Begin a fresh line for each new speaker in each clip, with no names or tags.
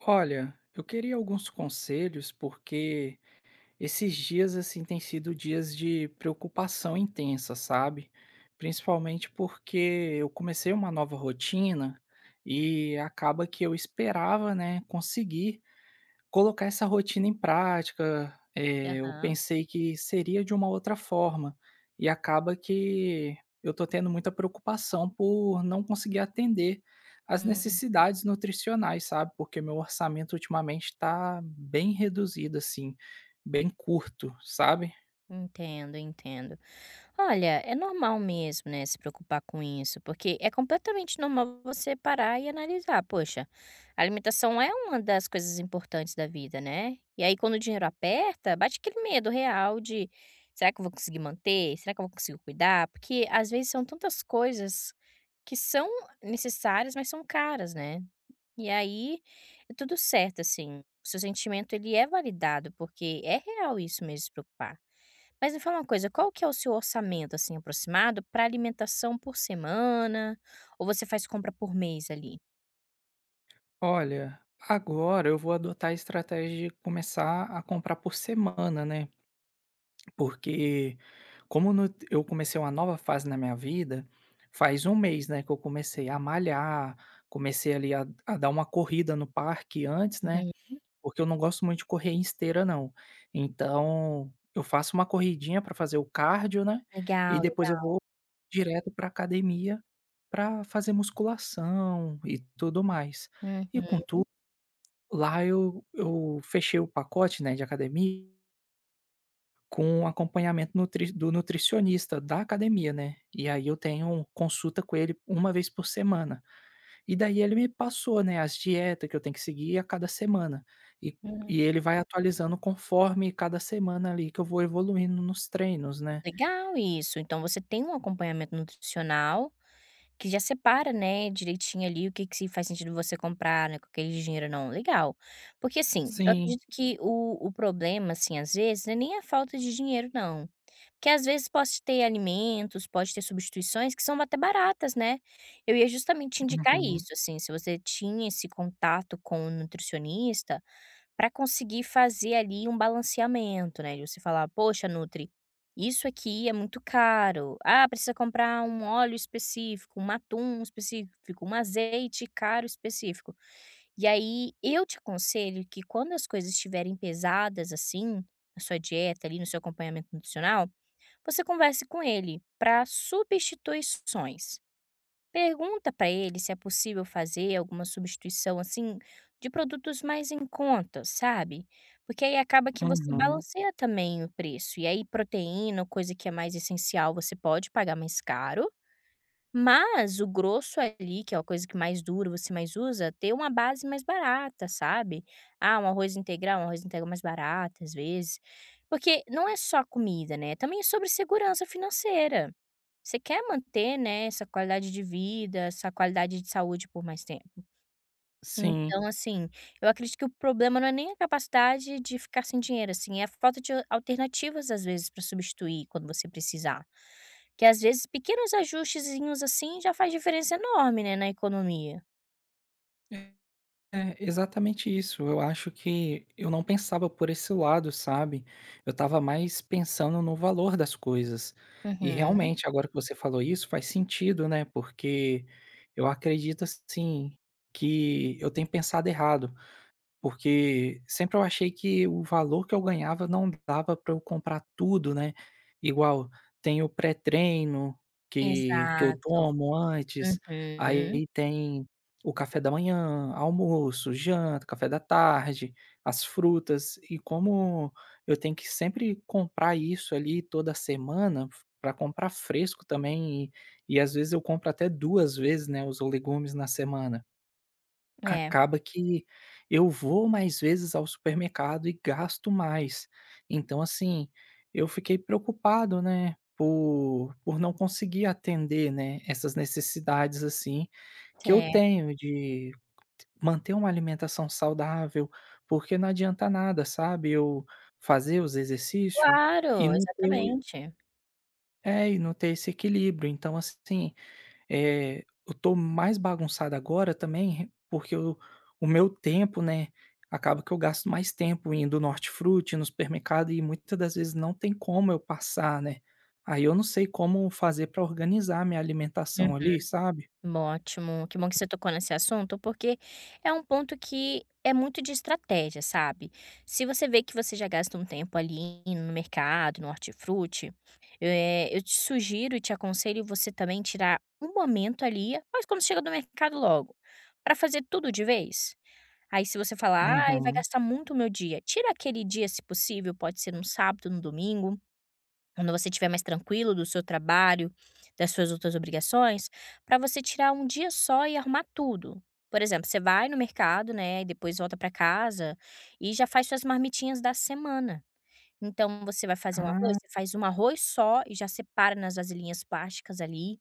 Olha, eu queria alguns conselhos porque esses dias assim têm sido dias de preocupação intensa, sabe? Principalmente porque eu comecei uma nova rotina e acaba que eu esperava, né, conseguir colocar essa rotina em prática, eu
Aham.
pensei que seria de uma outra forma, e acaba que eu tô tendo muita preocupação por não conseguir atender às
Hum,
necessidades nutricionais, sabe, porque meu orçamento ultimamente está bem reduzido, assim, bem curto, sabe.
entendo, entendo. Olha, é normal mesmo, né, se preocupar com isso, porque é completamente normal você parar e analisar. Poxa, a alimentação é uma das coisas importantes da vida, né? E aí, quando o dinheiro aperta, bate aquele medo real de: será que eu vou conseguir manter? Será que eu vou conseguir cuidar? Porque às vezes são tantas coisas que são necessárias, mas são caras, né? E aí, é tudo certo, assim, seu sentimento ele é validado, porque é real isso mesmo, se preocupar. Mas me fala uma coisa, qual que é o seu orçamento, assim, aproximado para alimentação por semana, ou você faz compra por mês ali?
Olha, agora eu vou adotar a estratégia de começar a comprar por semana, né, porque como no eu comecei uma nova fase na minha vida, faz um mês, né, que eu comecei a malhar, comecei ali a dar uma corrida no parque antes, né,
Uhum,
porque eu não gosto muito de correr em esteira não. Então, eu faço uma corridinha para fazer o cardio, né, e
legal,
depois eu
legal.
vou direto para academia para fazer musculação e tudo mais. E
Uhum,
contudo, lá eu fechei o pacote, né, de academia com o acompanhamento nutri do nutricionista da academia, né, e aí eu tenho consulta com ele uma vez por semana. E daí ele me passou, né, as dietas que eu tenho que seguir a cada semana. E e
uhum.
ele vai atualizando conforme cada semana ali que eu vou evoluindo nos treinos, né.
Legal isso, então você tem um acompanhamento nutricional que já separa, né, direitinho ali o que que se faz sentido você comprar, né, com aquele dinheiro ou não, legal. Porque assim, eu
Sim.
acredito que o problema, assim, às vezes, não é nem a falta de dinheiro, não. Porque às vezes pode ter alimentos, pode ter substituições que são até baratas, né? Eu ia justamente indicar
Uhum,
isso, assim, se você tinha esse contato com o nutricionista, para conseguir fazer ali um balanceamento, né, de você falar: "Poxa, nutri, isso aqui é muito caro. Ah, precisa comprar um óleo específico, um atum específico, um azeite caro específico". E aí eu te aconselho que quando as coisas estiverem pesadas, assim, na sua dieta ali, no seu acompanhamento nutricional, você converse com ele para substituições. Pergunta para ele se é possível fazer alguma substituição, assim, de produtos mais em conta, sabe. Porque aí acaba que você
uhum.
balanceia também o preço, e aí proteína, coisa que é mais essencial, você pode pagar mais caro, mas o grosso ali, que é a coisa que mais dura, você mais usa, ter uma base mais barata, sabe? Ah, um arroz integral mais barato, às vezes. Porque não é só comida, né? Também é sobre segurança financeira. Você quer manter, né, essa qualidade de vida, essa qualidade de saúde por mais tempo.
Sim.
Então, assim, eu acredito que o problema não é nem a capacidade de ficar sem dinheiro, assim, é a falta de alternativas, às vezes, para substituir quando você precisar. Que às vezes pequenos ajustezinhos assim já faz diferença enorme, né, na economia.
É, exatamente isso. Eu acho que eu não pensava por esse lado, sabe? Eu estava mais pensando no valor das coisas. E
Uhum,
realmente, agora que você falou isso, faz sentido, né? Porque eu acredito assim que eu tenho pensado errado. Porque sempre eu achei que o valor que eu ganhava não dava para eu comprar tudo, né. Igual, tem o pré-treino que eu
exato.
tomo antes,
Uhum.
aí tem o café da manhã, almoço, janta, café da tarde, as frutas, e como eu tenho que sempre comprar isso ali toda semana, para comprar fresco também, e às vezes eu compro até 2 vezes, né, os legumes na semana.
É,
Acaba que eu vou mais vezes ao supermercado e gasto mais. Então, assim, eu fiquei preocupado, né, por não conseguir atender, né, essas necessidades, assim, que eu
é.
tenho de manter uma alimentação saudável, porque não adianta nada, sabe, eu fazer os exercícios e
Claro,
não ter o
exatamente.
e não ter esse equilíbrio. Então, assim, eu tô mais bagunçado agora também, porque o meu tempo, né, acaba que eu gasto mais tempo indo no hortifruti, no supermercado e muitas das vezes não tem como eu passar, né. Aí eu não sei como fazer pra organizar minha alimentação ali, sabe?
Bom Ótimo, que bom que você tocou nesse assunto, porque é um ponto que é muito de estratégia, sabe. Se você vê que você já gasta um tempo ali no mercado, no hortifruti, eu te sugiro e te aconselho você também tirar um momento ali, mas quando chega do mercado logo, para fazer tudo de vez. Aí se você falar: "Ai, vai
Uhum.
gastar muito o meu dia", tira aquele dia se possível, pode ser um sábado, num domingo. Quando você estiver mais tranquilo do seu trabalho, das suas outras obrigações, para você tirar um dia só e arrumar tudo. Por exemplo, você vai no mercado, né, e depois volta para casa e já faz suas marmitinhas da semana. Então você vai fazer um arroz,
Ah.
você faz um arroz só e já separa nas vasilhinhas plásticas ali.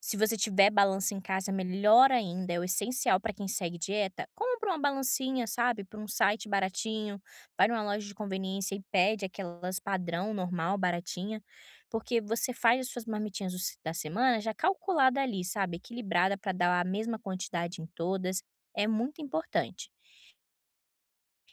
Se você tiver balança em casa, melhor ainda, é o essencial para quem segue dieta. Compra uma balancinha, sabe, por um site baratinho, vai numa loja de conveniência e pede aquelas padrão, normal, baratinha, porque você faz as suas marmitinhas do da semana já calculada ali, sabe, equilibrada para dar a mesma quantidade em todas, é muito importante.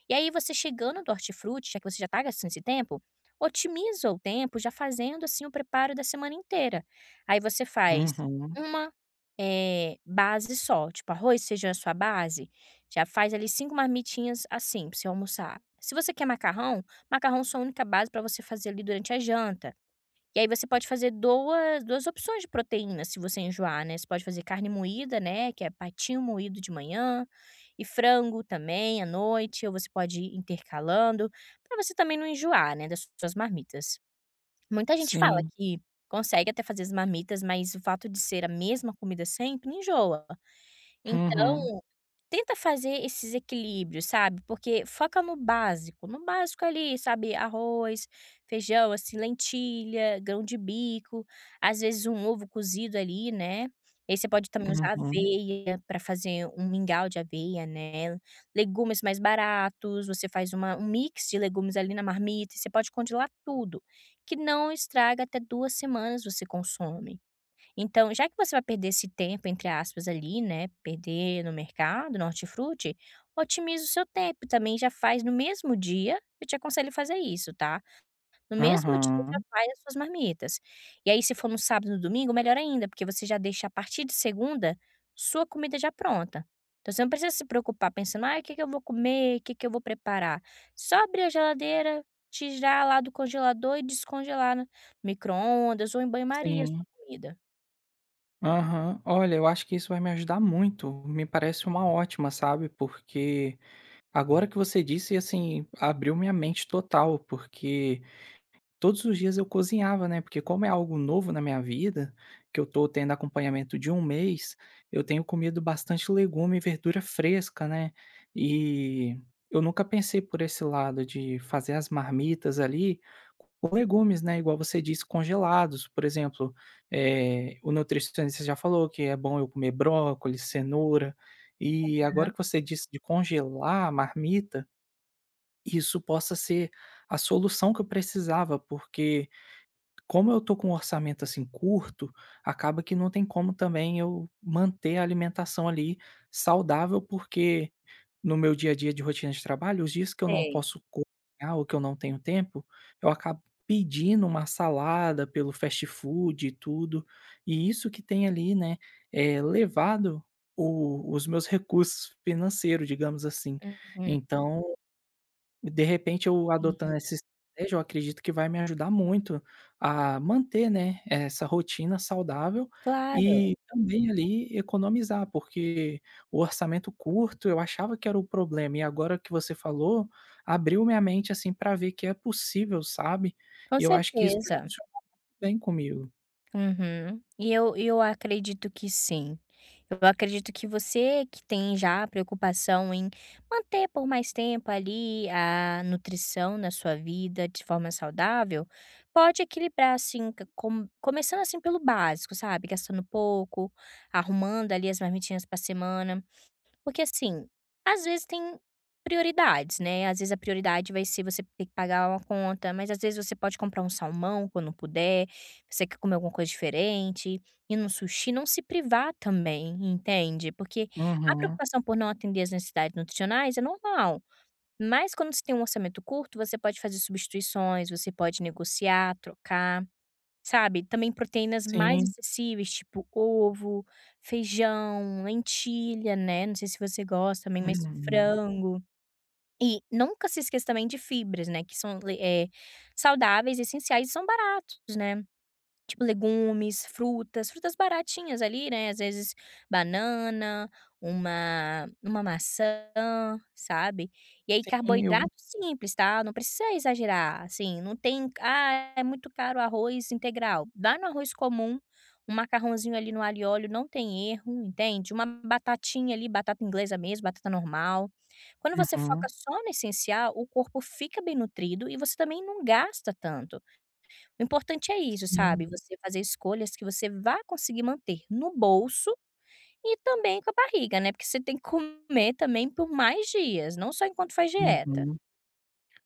E aí você chegando do hortifruti, já que você já está gastando esse tempo, otimiza o tempo já fazendo, assim, o preparo da semana inteira. Aí você faz
Uhum.
uma, base só, tipo arroz, feijão é a sua base, já faz ali 5 marmitinhas, assim, para você almoçar. Se você quer macarrão, macarrão é sua única base para você fazer ali durante a janta. E aí você pode fazer duas opções de proteína se você enjoar, né, você pode fazer carne moída, né, que é patinho moído de manhã, e frango também à noite, ou você pode ir intercalando, para você também não enjoar, né, das suas marmitas. Muita gente fala
Sim.
que consegue até fazer as marmitas, mas o fato de ser a mesma comida sempre enjoa.
Uhum.
Então Tenta fazer esses equilíbrios, sabe, porque foca no básico, no básico ali, sabe, arroz, feijão, assim, lentilha, grão de bico, às vezes um ovo cozido ali, né, e aí você pode também usar
Uhum.
aveia para fazer um mingau de aveia, né, legumes mais baratos, você faz uma um mix de legumes ali na marmita e você pode congelar tudo, que não estraga, até 2 semanas você consome. Então, já que você vai perder esse tempo, entre aspas, ali, né, perder no mercado, no hortifruti, otimiza o seu tempo também, já faz no mesmo dia, eu te aconselho a fazer isso, tá. No mesmo dia já
Aham.
faz as suas marmitas. E aí se for no sábado e no domingo, melhor ainda, porque você já deixa a partir de segunda, sua comida já pronta. Então você não precisa se preocupar pensando: ah, o que que eu vou comer? O que que eu vou preparar?". Só abrir a geladeira, tirar lá do congelador e descongelar no micro-ondas ou em banho-maria a sua
Sim.
comida.
Aham. Olha, eu acho que isso vai me ajudar muito, me parece uma ótima, sabe, porque agora que você disse, assim, abriu minha mente total, porque todos os dias eu cozinhava, né, porque como é algo novo na minha vida, que eu tô tendo acompanhamento de um mês, eu tenho comido bastante legume e verdura fresca, né, e eu nunca pensei por esse lado de fazer as marmitas ali com legumes, né, igual você disse, congelados. Por exemplo, o nutricionista já falou que é bom eu comer brócolis, cenoura, e agora que você disse de congelar a marmita, isso possa ser a solução que eu precisava, porque como eu tô com um orçamento, assim, curto, acaba que não tem como também eu manter a alimentação ali saudável, porque no meu dia a dia de rotina de trabalho, os dias que eu não
Sei.
posso cozinhar ou que eu não tenho tempo, eu acabo pedindo uma salada pelo fast food e tudo. E isso que tem ali, né, é levado o os meus recursos financeiros, digamos assim.
Uhum,
Então de repente eu adotando
sim,
essa estratégia, eu acredito que vai me ajudar muito a manter, né, essa rotina saudável
claro,
e também ali economizar, porque o orçamento curto eu achava que era o problema e agora que você falou, abriu minha mente, assim, para ver que é possível, sabe.
com
E eu acho que isso vai
certeza.
funcionar bem comigo.
Uhum. E eu acredito que sim. Eu acredito que você que tem já a preocupação em manter por mais tempo ali a nutrição na sua vida de forma saudável, pode equilibrar assim, c com começando assim pelo básico, sabe, gastando pouco, arrumando ali as marmitinhas pra semana. Porque assim, às vezes tem prioridades, né, às vezes a prioridade vai ser você ter que pagar uma conta, mas às vezes você pode comprar um salmão quando puder, você quer comer alguma coisa diferente, ir num sushi, não se privar também, entende. Porque a
Uhum.
preocupação por não atender as necessidades nutricionais é normal, mas quando você tem um orçamento curto, você pode fazer substituições, você pode negociar, trocar. Sabe, também proteínas mais
Sim.
acessíveis, tipo ovo, feijão, lentilha, né, não sei se você gosta também, mas
Uhum.
frango. E nunca se esqueça também de fibras, né, que são saudáveis, essenciais e são baratos, né. Tipo legumes, frutas, frutas baratinhas ali, né, às vezes banana, uma maçã, sabe. E aí
Sim, eu
carboidrato simples, tá, não precisa exagerar, assim, não tem: "Ah, é muito caro arroz integral", vai no arroz comum, um macarrãozinho ali no alho e óleo, não tem erro, entende. Uma batatinha ali, batata inglesa mesmo, batata normal. Quando você foca
uhum.
só no essencial, o corpo fica bem nutrido e você também não gasta tanto. O importante é isso,
Sim.
sabe, você fazer escolhas que você vá conseguir manter no bolso e também com a barriga, né, porque você tem que comer também por mais dias, não só enquanto faz dieta.
Uhum.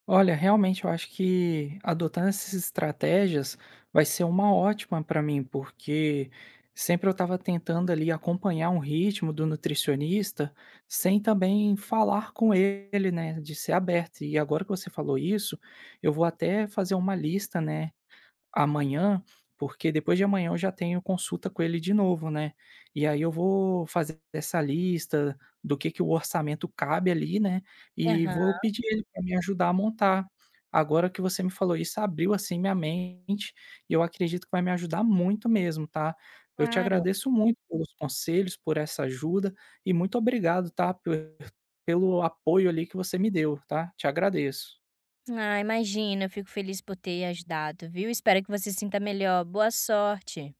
Olha, realmente eu acho que adotando essas estratégias vai ser uma ótima para mim, porque sempre eu estava tentando ali acompanhar um ritmo do nutricionista sem também falar com ele, né, de ser aberto. E agora que você falou isso, eu vou até fazer uma lista, né, amanhã, porque depois de amanhã eu já tenho consulta com ele de novo, né. E aí eu vou fazer essa lista do que o orçamento cabe ali, né, e
Aham,
vou pedir ele pra me ajudar a montar. Agora que você me falou isso, abriu, assim, minha mente e eu acredito que vai me ajudar muito mesmo, tá. Eu te
claro.
agradeço muito pelos conselhos, por essa ajuda e muito obrigado, tá, pe pelo apoio ali que você me deu, tá. Te agradeço.
Ah, imagina, eu fico feliz por ter ajudado, viu. Espero que você se sinta melhor. Boa sorte.